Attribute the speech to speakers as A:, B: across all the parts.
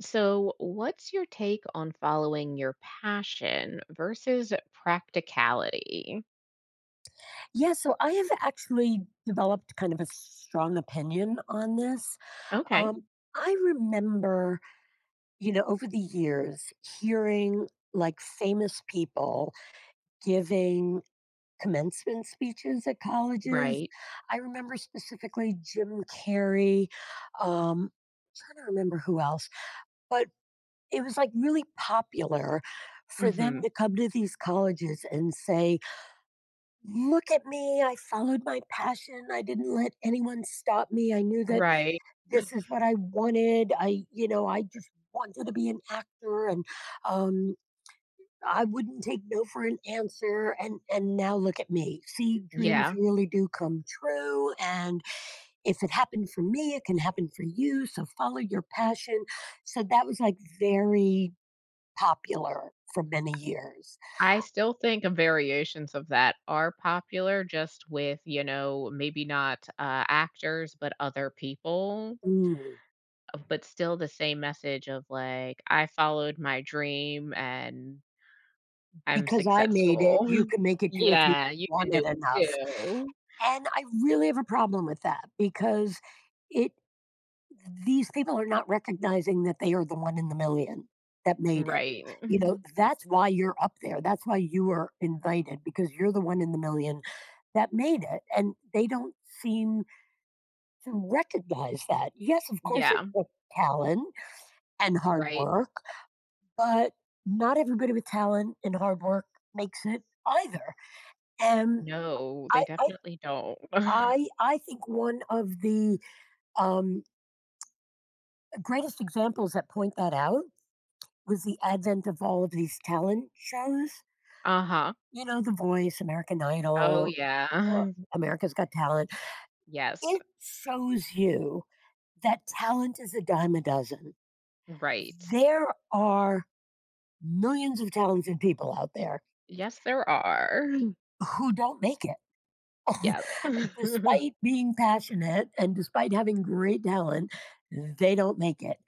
A: So, what's your take on following your passion versus practicality?
B: Yeah, so I have actually developed kind of a strong opinion on this.
A: Okay.
B: Um, I remember, over the years hearing like famous people giving commencement speeches at colleges.
A: Right.
B: I remember specifically Jim Carrey. Um, trying to remember who else, but it was like really popular for them
A: Hmm.
B: to come to these colleges and say, look at me. I followed my passion. I didn't let anyone stop me. I knew that
A: Right.
B: this is what I wanted. I just wanted to be an actor and um I wouldn't take no for an answer, and now look at me. See, dreams
A: Yeah.
B: really do come true, and if it happened for me, it can happen for you. So follow your passion. So that was like very popular for many years.
A: I still think variations of that are popular, just with, you know, maybe not actors, but other people,
B: Mm.
A: but still the same message of like, I followed my dream and I'm
B: Because I made it,
A: successful.
B: you can make it too if you
A: Yeah. You can
B: want
A: do
B: it enough.
A: it too.
B: And I really have a problem with that because it these people are not recognizing that they are the one in the million that made it.
A: Right.
B: You know, that's why you're up there. That's why you were invited, because you're the one in the million that made it. And they don't seem to recognize that. Yes, of course, it
A: Yeah.
B: took talent and hard
A: Right.
B: work, but not everybody with talent and hard work makes it either. And
A: No, they
B: I I
A: definitely don't.
B: I think one of the um, greatest examples that point that out was the advent of all of these talent shows,
A: Uh-huh.
B: you know, The Voice, American
A: Oh,
B: Idol,
A: yeah.
B: uh, America's Got Talent.
A: Yes,
B: It shows you that talent is a dime a dozen.
A: right.
B: There are millions of talented people out there
A: Yes, there are.
B: who don't make it.
A: Yes.
B: Despite being passionate and despite having great talent, they don't make it.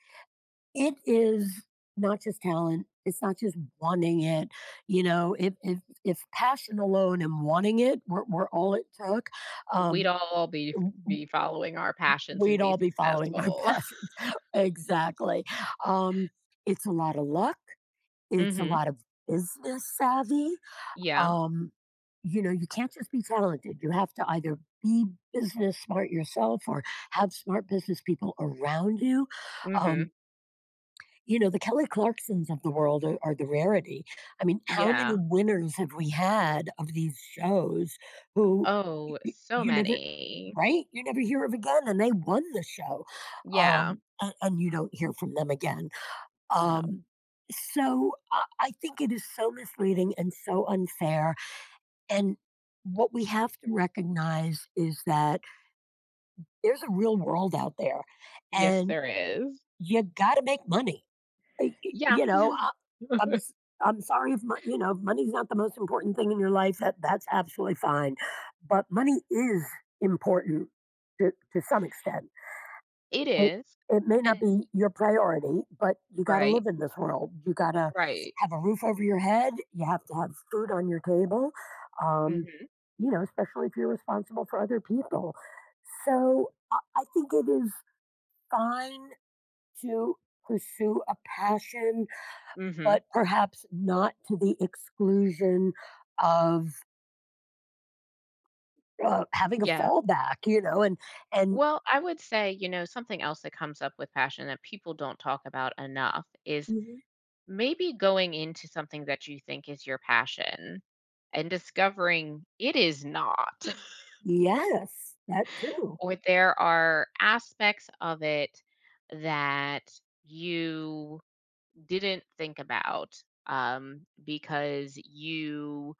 B: It is not just talent. It's not just wanting it. You know, if passion alone and wanting it were all it took,
A: We'd
B: um,
A: all be following our passions and
B: we'd
A: be
B: all be following our
A: successful.
B: passions. Exactly. Um, it's a lot of luck. It's a
A: Mhm.
B: lot of business savvy.
A: Yeah.
B: Um, you know, you can't just be talented. You have to either be business smart yourself or have smart business people around you.
A: Mhm.
B: Um, You know, the Kelly Clarksons of the world are the rarity. I mean, how many
A: Yeah.
B: winners have we had of these shows who
A: Oh, so
B: you never,
A: many.
B: right? You never hear of again, and they won the show,
A: Yeah.
B: and you don't hear from them again.
A: No.
B: Um, so I think it is so misleading and so unfair. And what we have to recognize is that there's a real world out there,
A: Yes,
B: and
A: there is.
B: you got to make money. I
A: Yeah,
B: I'm s I'm sorry, if mo you know, if money's not the most important thing in your life, that that's absolutely fine, but money is important to some extent.
A: it
B: It
A: is.
B: it may not
A: And
B: be your priority, but you gotta
A: right,
B: live in this world. You gotta
A: right.
B: have a roof over your head, you have to have food on your table, um,
A: Mhm,
B: especially if you're responsible for other people. So, I think it is fine to pursue a passion,
A: mhm.
B: but perhaps not to the exclusion of having a
A: Yeah.
B: fallback. You know, and
A: Well, I would say, you know, something else that comes up with passion that people don't talk about enough is
B: Hmm.
A: maybe going into something that you think is your passion and discovering it is not,
B: Yes, that too.
A: or there are aspects of it that you didn't think about, because you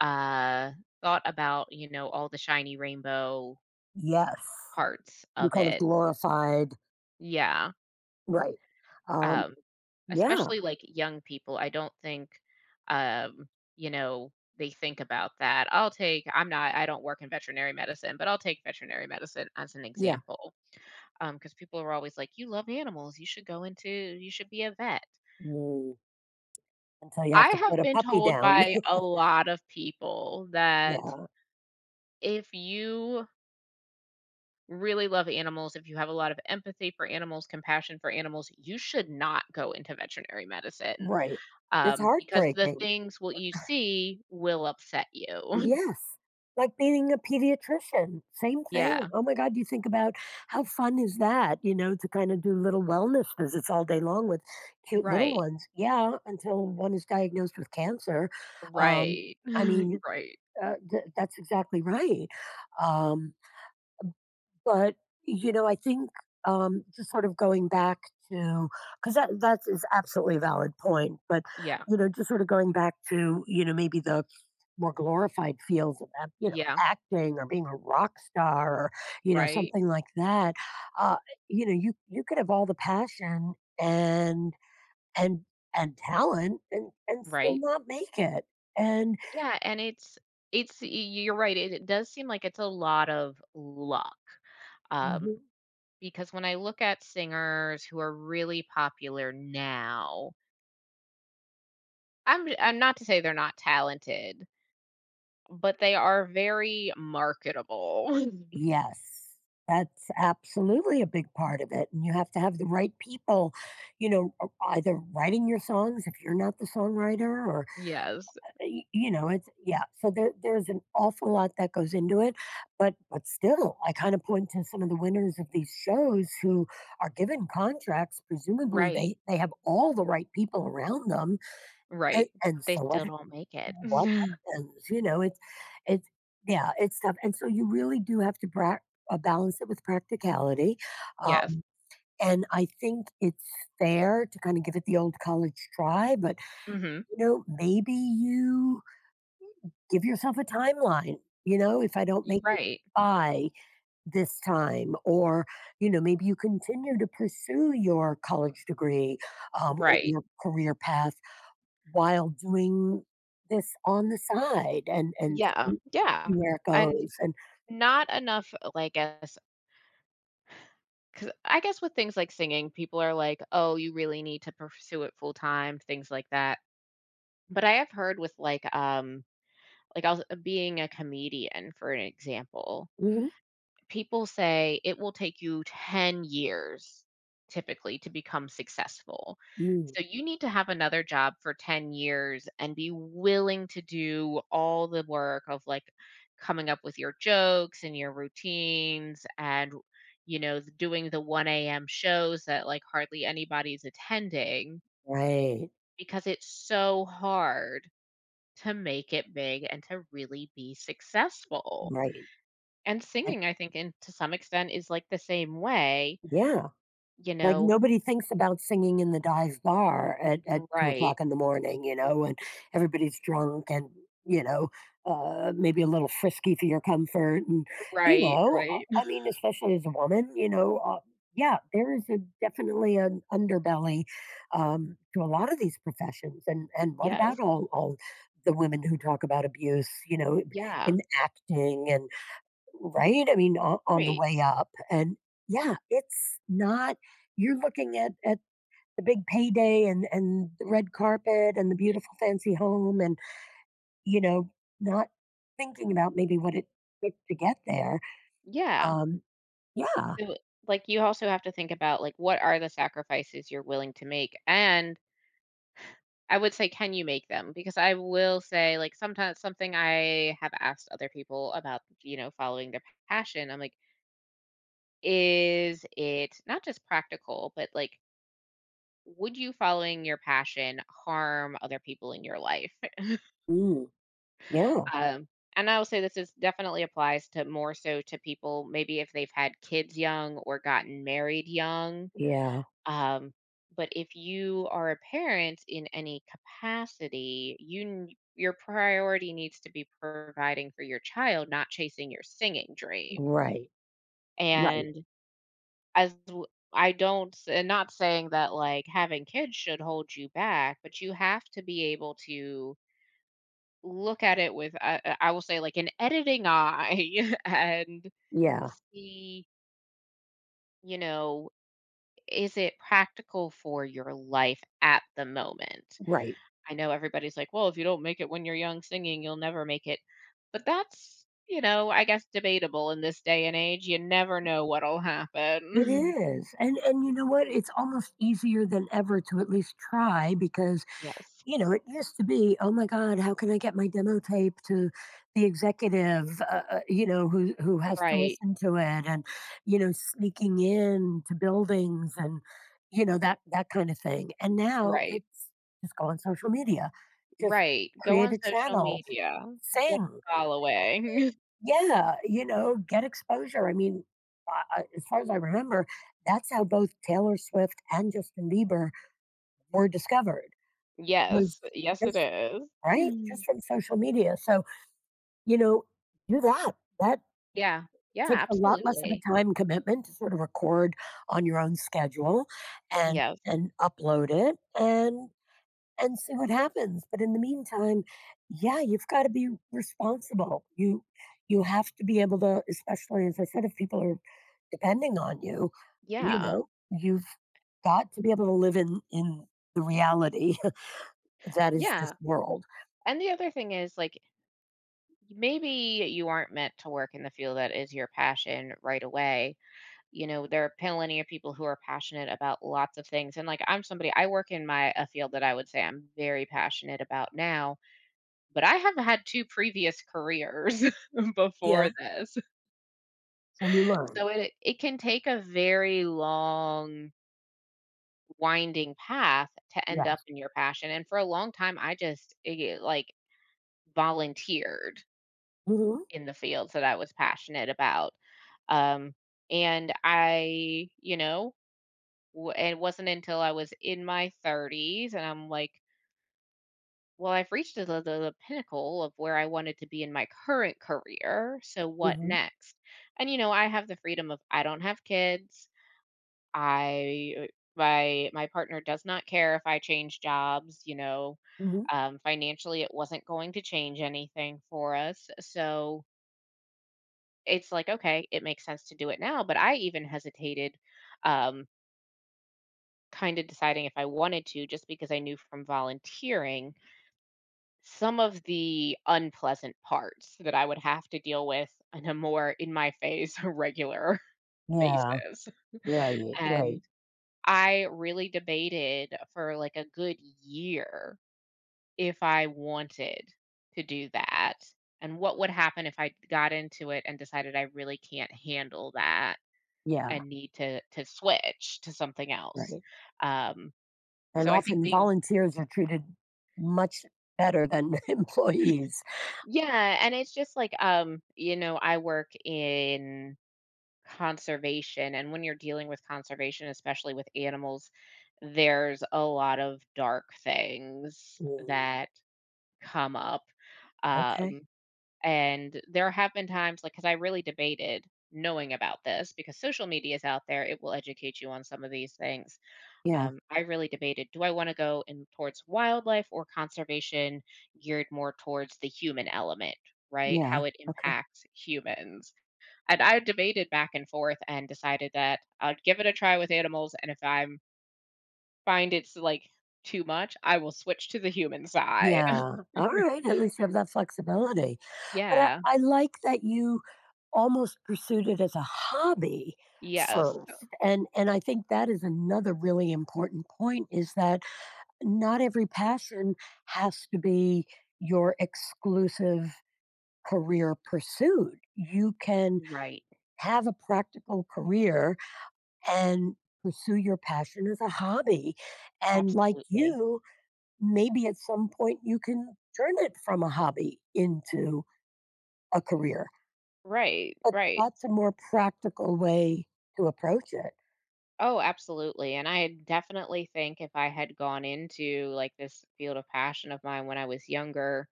A: uh, thought about, you know, all the shiny rainbow
B: Yes,
A: parts
B: you
A: of
B: kind of
A: it.
B: glorified.
A: Yeah.
B: Right. Um,
A: Um,
B: yeah,
A: Especially like young people, I don't think, um, you know, they think about that. I'll take, I'm not, I don't work in veterinary medicine, but I'll take veterinary medicine as an
B: yeah.
A: example. Because people are always like, you love animals. You should be a vet.
B: Mm. Until you have
A: I
B: to put
A: have
B: a
A: been
B: puppy
A: told
B: down.
A: by a lot of people that
B: Yeah,
A: if you really love animals, if you have a lot of empathy for animals, compassion for animals, you should not go into veterinary medicine,
B: right. It's
A: because the
B: heartbreaking.
A: things what you see will upset you.
B: Yes. Like being a pediatrician, same thing.
A: Yeah,
B: Oh my God, you think about how fun is that, to kind of do little wellness visits all day long with cute little
A: right,
B: ones. Yeah, until one is diagnosed with cancer. Um,
A: right,
B: I mean,
A: right.
B: that's exactly right. Um, but, I think just sort of going back to, because that is absolutely a valid point, but,
A: Yeah,
B: just sort of going back to, maybe the more glorified fields of that,
A: yeah,
B: acting or being a rock star or,
A: right,
B: something like that. Uh, you could have all the passion and and and talent and still
A: right.
B: not make it. And
A: Yeah, and you're right. It does seem like it's a lot of luck. Um,
B: Mhm.
A: because when I look at singers who are really popular now, I'm not to say they're not talented, but they are very marketable.
B: Yes, that's absolutely a big part of it. And you have to have the right people, either writing your songs if you're not the songwriter. Or
A: Yes,
B: y- you know it's yeah So there's an awful lot that goes into it, but still I kind of point to some of the winners of these shows who are given contracts. Presumably
A: right.
B: they have all the right people around them, and
A: Right.
B: and
A: They
B: so what
A: still don't make it.
B: what happens You know it's Yeah, it's tough, and so you really do have to balance it with practicality.
A: Yes.
B: Um and i think it's fair to kind of give it the old college try, but
A: Mhm.
B: maybe you give yourself a timeline. If I don't
A: You're
B: make it
A: right.
B: by this time, or, maybe you continue to pursue your college degree, or
A: Right.
B: your career path while doing this on the side, and, and
A: Yeah.
B: see see
A: Yeah.
B: where it
A: And
B: goes. And
A: not enough, because I guess with things like singing, people are like, "Oh, you really need to pursue it full time," things like that. But I have heard with, I was being a comedian, for an example.
B: Mhm.
A: People say it will take you 10 years typically to become successful.
B: Mm.
A: So you need to have another job for 10 years and be willing to do all the work of like coming up with your jokes and your routines and you know doing the 1 a.m. shows that like hardly anybody's attending
B: Right,
A: because it's so hard to make it big and to really be successful.
B: right.
A: And
B: And
A: singing, I think, in to some extent is, like, the same way,
B: yeah.
A: you
B: Like,
A: know.
B: nobody thinks about singing in the dive bar at two
A: Right,
B: o'clock in the morning, and everybody's drunk, and, you know, maybe a little frisky for your comfort, and, you
A: right,
B: know, uh,
A: right.
B: I mean, especially as a woman, yeah, there is a definitely an underbelly, to a lot of these professions, and what about
A: Yes,
B: all the women who talk about abuse,
A: yeah,
B: in acting, and right? I mean, o on the
A: right.
B: way up, and yeah, it's not you're looking at the big payday and the red carpet and the
A: Y
B: beautiful fancy home and, you know, not thinking about maybe what it took to get there.
A: Yeah.
B: Um, yeah.
A: So, like, you also have to think about, like, what are the sacrifices you're willing to make, and I would say, can you make them? Because I will say, like, sometimes something I have asked other people about, you know, following their passion, I'm like, "Is it not just practical, but, like, would you following your passion harm other people in your life?"
B: Mm, yeah,
A: Um, and I will say this is definitely applies to more so to people maybe if they've had kids young or gotten married young.
B: yeah,
A: Um, but if you are a parent in any capacity, your priority needs to be providing for your child, not chasing your singing dream.
B: right, right,
A: And as w- I don't, s- and not saying that like having kids should hold you back, but you have to be able to look at it with, I will say, like, an editing eye and
B: yeah,
A: see, you know, is it practical for your life at the moment?
B: right.
A: I know everybody's like, "Well, if you don't make it when you're young singing, you'll never make it." But that's, you know, I guess debatable in this day and age. You never know what'll
B: It
A: happen.
B: is, and you know what? It's almost easier than ever to at least try. Because
A: Yes.
B: you know, it used to be, "Oh my god, how can I get my demo tape to the executive, who has to
A: Right,
B: listen to it?" And, sneaking in to buildings, and that kind of thing, and now
A: right,
B: it's just go on social media, just
A: right. Go
B: create
A: on
B: a
A: social
B: channel,
A: media. Get
B: sing.
A: following.
B: Yeah, get exposure. I mean, I as far as I remember, that's how both Taylor Swift and Justin Bieber were discovered, was
A: Yes, yes, it
B: just,
A: is.
B: right? Just from social media. So, you know, do that. That
A: Yeah. Yeah,
B: takes a lot less of a
A: absolutely.
B: time commitment to sort of record on your own schedule and
A: Yes.
B: and upload it and see what happens. But in the meantime, yeah, you've got to be responsible. You have to be able to, especially as I said, if people are depending on you,
A: Yeah.
B: you've got to be able to live in the reality that is this
A: Yeah.
B: world.
A: And the other thing is, like, maybe you aren't meant to work in the field that is your passion right away. You know, there are plenty of people who are passionate about lots of things. And like I'm somebody I work in my a field that I would say I'm very passionate about now, but I have had 2 previous careers before
B: Yeah.
A: this.
B: So you learn.
A: So it can take a very long winding path to end
B: Yeah.
A: up in your passion, and for a long time, I just, like, volunteered
B: Mhm,
A: in the fields that I was passionate about, um, and I, you know, w it wasn't until I was in my 30s and I'm like, "Well, I've reached the pinnacle of where I wanted to be in my current career, so what
B: mhm,
A: next?" And, you know, I have the freedom of I don't have kids. I My partner does not care if I change jobs, you know.
B: mhm.
A: Financially, it wasn't going to change anything for us. So it's like, okay, it makes sense to do it now. But I even hesitated, um, kind of deciding if I wanted to, just because I knew from volunteering some of the unpleasant parts that I would have to deal with on a more in my face regular
B: Yeah,
A: basis.
B: right, right.
A: And I really debated for like a good year if I wanted to do that and what would happen if I got into it and decided I really can't handle that
B: Yeah,
A: and need to switch to something else.
B: right.
A: Um,
B: And
A: so I think
B: often
A: being
B: volunteers are treated much better than employees.
A: Yeah, and it's just like, you know, I work in conservation and when you're dealing with conservation, especially with animals, there's a lot of dark things
B: Mm,
A: that come up.
B: okay.
A: Um, and there have been times, like, because I really debated knowing about this because social media is out there, it will educate you on some of these things.
B: Yeah,
A: I really debated, do I want to go in towards wildlife or conservation geared more towards the human element, right?
B: yeah,
A: How it
B: okay.
A: impacts humans. And I debated back and forth and decided that I'd give it a try with animals, and if I find it's like too much, I will switch to the human side.
B: Yeah, all right. At least you have that flexibility. But I,
A: Yeah.
B: I like that you almost pursued it as a hobby
A: Yes.
B: first. And I think that is another really important point, is that not every passion has to be your exclusive career pursuit. You can
A: Right.
B: have a practical career and pursue your passion as a hobby. And like
A: Absolutely.
B: you, maybe at some point you can turn it from a hobby into a career.
A: Right,
B: But
A: right.
B: that's a more practical way to approach it.
A: Oh, absolutely. And I definitely think if I had gone into like this field of passion of mine when I was younger,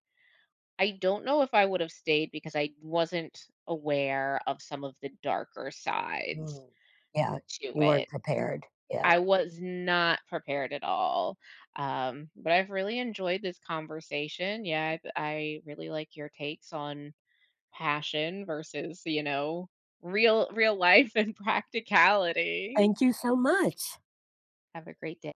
A: I don't know if I would have stayed because I wasn't aware of some of the darker sides
B: Mm. Yeah,
A: to
B: you weren't
A: it.
B: prepared. Yeah.
A: I was not prepared at all. But I've really enjoyed this conversation. Yeah, I really like your takes on passion versus, you know, real real life and practicality.
B: Thank you so much.
A: Have a great day.